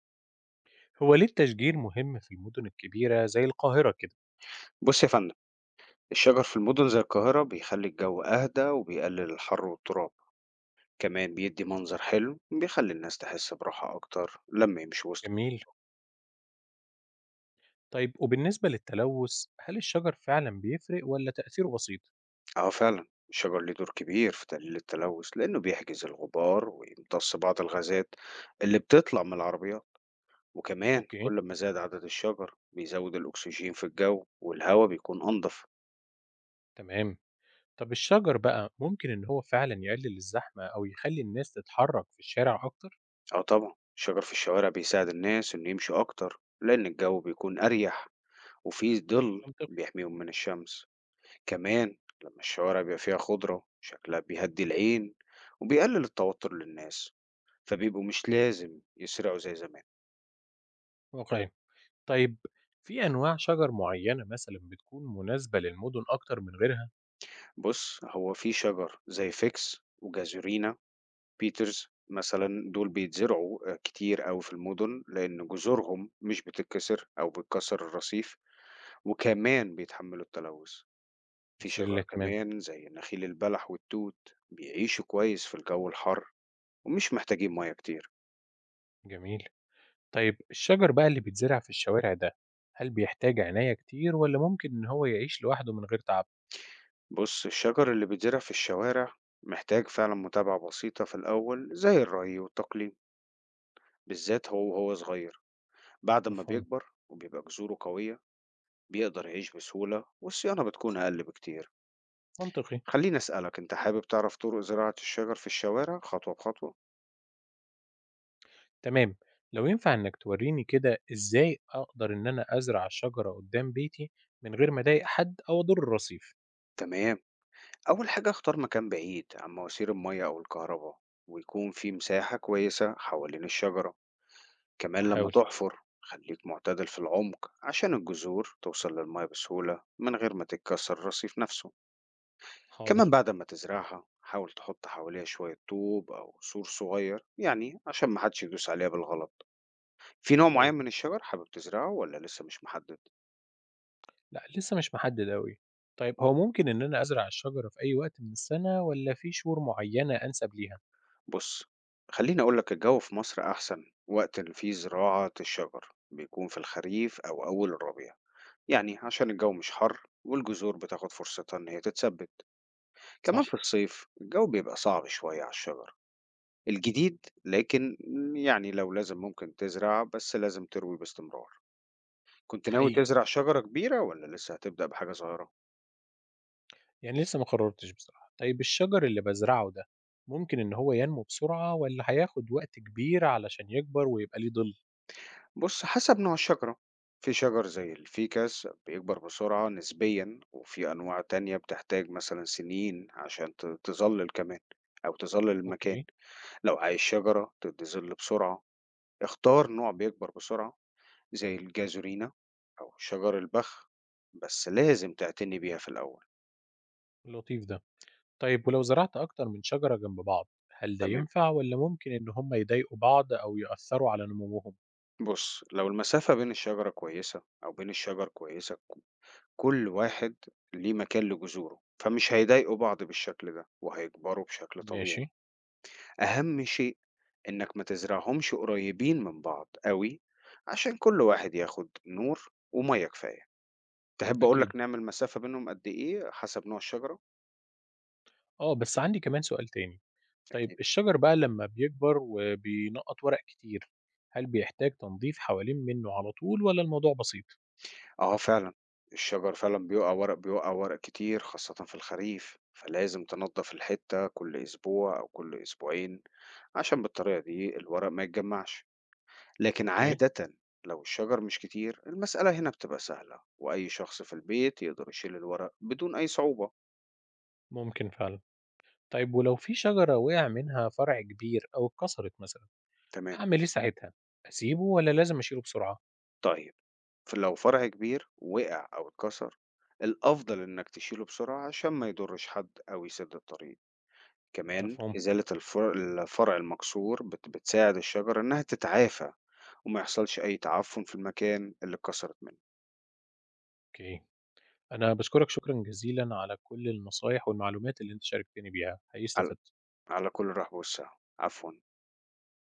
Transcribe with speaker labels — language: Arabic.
Speaker 1: هو ليه التشجير مهم في المدن الكبيرة زي القاهرة كده؟
Speaker 2: بص يا فندم، الشجر في المدن زي القاهرة بيخلي الجو أهدى وبيقلل الحر والتراب. كمان بيدي منظر حلو بيخلي الناس تحس براحة أكتر لما يمشوا وسط.
Speaker 1: جميل. طيب وبالنسبة للتلوث، هل الشجر فعلا بيفرق ولا تأثيره بسيط؟
Speaker 2: اه فعلا، الشجر ليه دور كبير في تقليل التلوث لأنه بيحجز الغبار ويمتص بعض الغازات اللي بتطلع من العربيات. وكمان
Speaker 1: أوكي،
Speaker 2: كل ما زاد عدد الشجر بيزود الأكسجين في الجو والهواء بيكون أنظف.
Speaker 1: تمام. طب الشجر بقى ممكن إن هو فعلا يقلل الزحمة أو يخلي الناس تتحرك في الشارع أكتر؟
Speaker 2: اه طبعا، الشجر في الشوارع بيساعد الناس إنه يمشوا أكتر لأن الجو بيكون أريح وفيه ظل
Speaker 1: منطقي.
Speaker 2: بيحميهم من الشمس. كمان لما الشوارع بيبقى فيها خضرة شكلها بيهدي العين وبيقلل التوتر للناس، فبيبقوا مش لازم يسرقوا زي زمان.
Speaker 1: أوكي، طيب، في أنواع شجر معينة مثلا بتكون مناسبة للمدن أكتر من غيرها؟
Speaker 2: بص، هو في شجر زي فيكس وجازورينا بيترز مثلا، دول بيتزرعوا كتير أوي في المدن لأن جذورهم مش بتتكسر أو بتكسر الرصيف، وكمان بيتحملوا التلوث. في
Speaker 1: مثير
Speaker 2: شجر
Speaker 1: للاهتمام.
Speaker 2: كمان زي نخيل البلح والتوت بيعيشوا كويس في الجو الحر ومش محتاجين مياه كتير.
Speaker 1: جميل. طيب الشجر بقى اللي بيتزرع في الشوارع ده، هل بيحتاج عناية كتير ولا ممكن إن هو يعيش لوحده من غير تعب؟
Speaker 2: بص، الشجر اللي بيتزرع في الشوارع محتاج فعلا متابعة بسيطة في الأول زي الري والتقليم، بالذات هو وهو صغير. بعد ما
Speaker 1: مفهوم،
Speaker 2: بيكبر وبيبقى جذوره قوية بيقدر يعيش بسهولة والصيانة بتكون أقل بكتير.
Speaker 1: منطقي،
Speaker 2: خليني أسألك، أنت حابب تعرف طرق زراعة الشجر في الشوارع خطوة بخطوة؟
Speaker 1: تمام. لو ينفع إنك تورّيني كده إزاي أقدر إن أنا أزرع شجرة قدّام بيتي من غير ما أضايق حد أو أضر الرصيف؟
Speaker 2: تمام، أول حاجة اختار مكان بعيد عن مواسير المية أو الكهرباء، ويكون في مساحة كويسة حوالين الشجرة. كمان لما
Speaker 1: أحاول،
Speaker 2: تحفر خليك معتدل في العمق عشان الجذور توصل للمية بسهولة من غير ما تتكسر الرصيف نفسه. كمان
Speaker 1: حاضر،
Speaker 2: بعد ما تزرعها حاول تحط حواليها شوية طوب أو سور صغير يعني عشان محدش يدوس عليها بالغلط. في نوع
Speaker 1: طيب،
Speaker 2: معين من الشجر حابب تزرعه ولا لسه مش محدد؟
Speaker 1: لأ لسه مش محدد أوي. طيب هو ممكن إن أنا أزرع الشجرة في أي وقت من السنة والّا في شهور معيّنة أنسب ليها؟
Speaker 2: بص، خليني أقولك، الجو في مصر أحسن وقت اللي فيه زراعة الشجر بيكون في الخريف أو أول الربيع، يعني عشان الجو مش حر والجذور بتاخد فرصتها إن هي تتثبت.
Speaker 1: صح.
Speaker 2: كمان في الصيف الجو بيبقى صعب شوية على الشجر الجديد، لكن يعني لو لازم ممكن تزرع بس لازم تروي باستمرار. كنت ناوي
Speaker 1: حقيقي،
Speaker 2: تزرع شجرة كبيرة ولا لسه هتبدأ بحاجة صغيرة؟
Speaker 1: يعني لسه ما قررتش بصراحة. طيب الشجر اللي بازرعه ده، ممكن إن هو ينمو بسرعة والّا هياخد وقت كبير علشان يكبر ويبقى ليه ظِل؟
Speaker 2: بص، حسب نوع الشجرة، في شجر زي الفيكس بيكبر بسرعة نسبيا، وفي أنواع تانية بتحتاج مثلا سنين عشان تظلل، كمان أو تظلل المكان.
Speaker 1: أوكي،
Speaker 2: لو عايز شجرة تدي ظل بسرعة، اختار نوع بيكبر بسرعة زي الجازورينا أو شجر البخ، بس لازم تعتني بيها في الأول.
Speaker 1: لطيف ده. طيب ولو زرعت أكتر من شجرة جنب بعض، هل ده
Speaker 2: تمام،
Speaker 1: ينفع ولا ممكن إن هما يضايقوا بعض أو يأثروا على نموهم؟
Speaker 2: بص، لو المسافة بين الشجرة كويسة أو بين الشجر كويسة، كل واحد ليه مكان لجذوره، فمش هيضايقوا بعض بالشكل ده وهيكبروا بشكل
Speaker 1: ماشي.
Speaker 2: طبيعي. أهم شيء إنك ما تزرعهمش قريبين من بعض قوي، عشان كل واحد ياخد نور ومية كفاية. تحب
Speaker 1: أكيد،
Speaker 2: أقولك نعمل مسافة بينهم قد إيه حسب نوع الشجرة؟
Speaker 1: أه، بس عندي كمان سؤال تاني. طيب
Speaker 2: أكيد.
Speaker 1: الشجر بقى لما بيكبر وبينقط ورق كتير، هل بيحتاج تنظيف حوالين منه على طول ولا الموضوع بسيط؟
Speaker 2: آه فعلًا، الشجر فعلًا بيُقع ورق كتير خاصةً في الخريف، فلازم تنضف الحتة كل أسبوع أو كل أسبوعين عشان بالطريقة دي الورق ما يتجمعش، لكن
Speaker 1: أوكي.
Speaker 2: عادةً لو الشجر مش كتير المسألة هنا بتبقى سهلة، وأي شخص في البيت يقدر يشيل الورق بدون أي صعوبة.
Speaker 1: ممكن فعلا. طيب ولو في شجرة وقع منها فرع كبير أو اتكسرت مثلا،
Speaker 2: تمام،
Speaker 1: أعمل إيه ساعتها؟ أسيبه ولا لازم أشيله بسرعة؟
Speaker 2: طيب، ف لو فرع كبير وقع أو اتكسر، الأفضل إنك تشيله بسرعة عشان ما يضرش حد أو يسد الطريق. كمان
Speaker 1: مفهوم.
Speaker 2: إزالة الفرع المكسور بتساعد الشجرة إنها تتعافى وما يحصلش أي تعفن في المكان اللي اتكسرت منه.
Speaker 1: أوكي، أنا باشكرك شكرًا جزيلًا على كل النصايح والمعلومات اللي أنت شاركتني بيها، حقيقي
Speaker 2: على,
Speaker 1: استفدت.
Speaker 2: على كل الرحب والسعة، عفوا.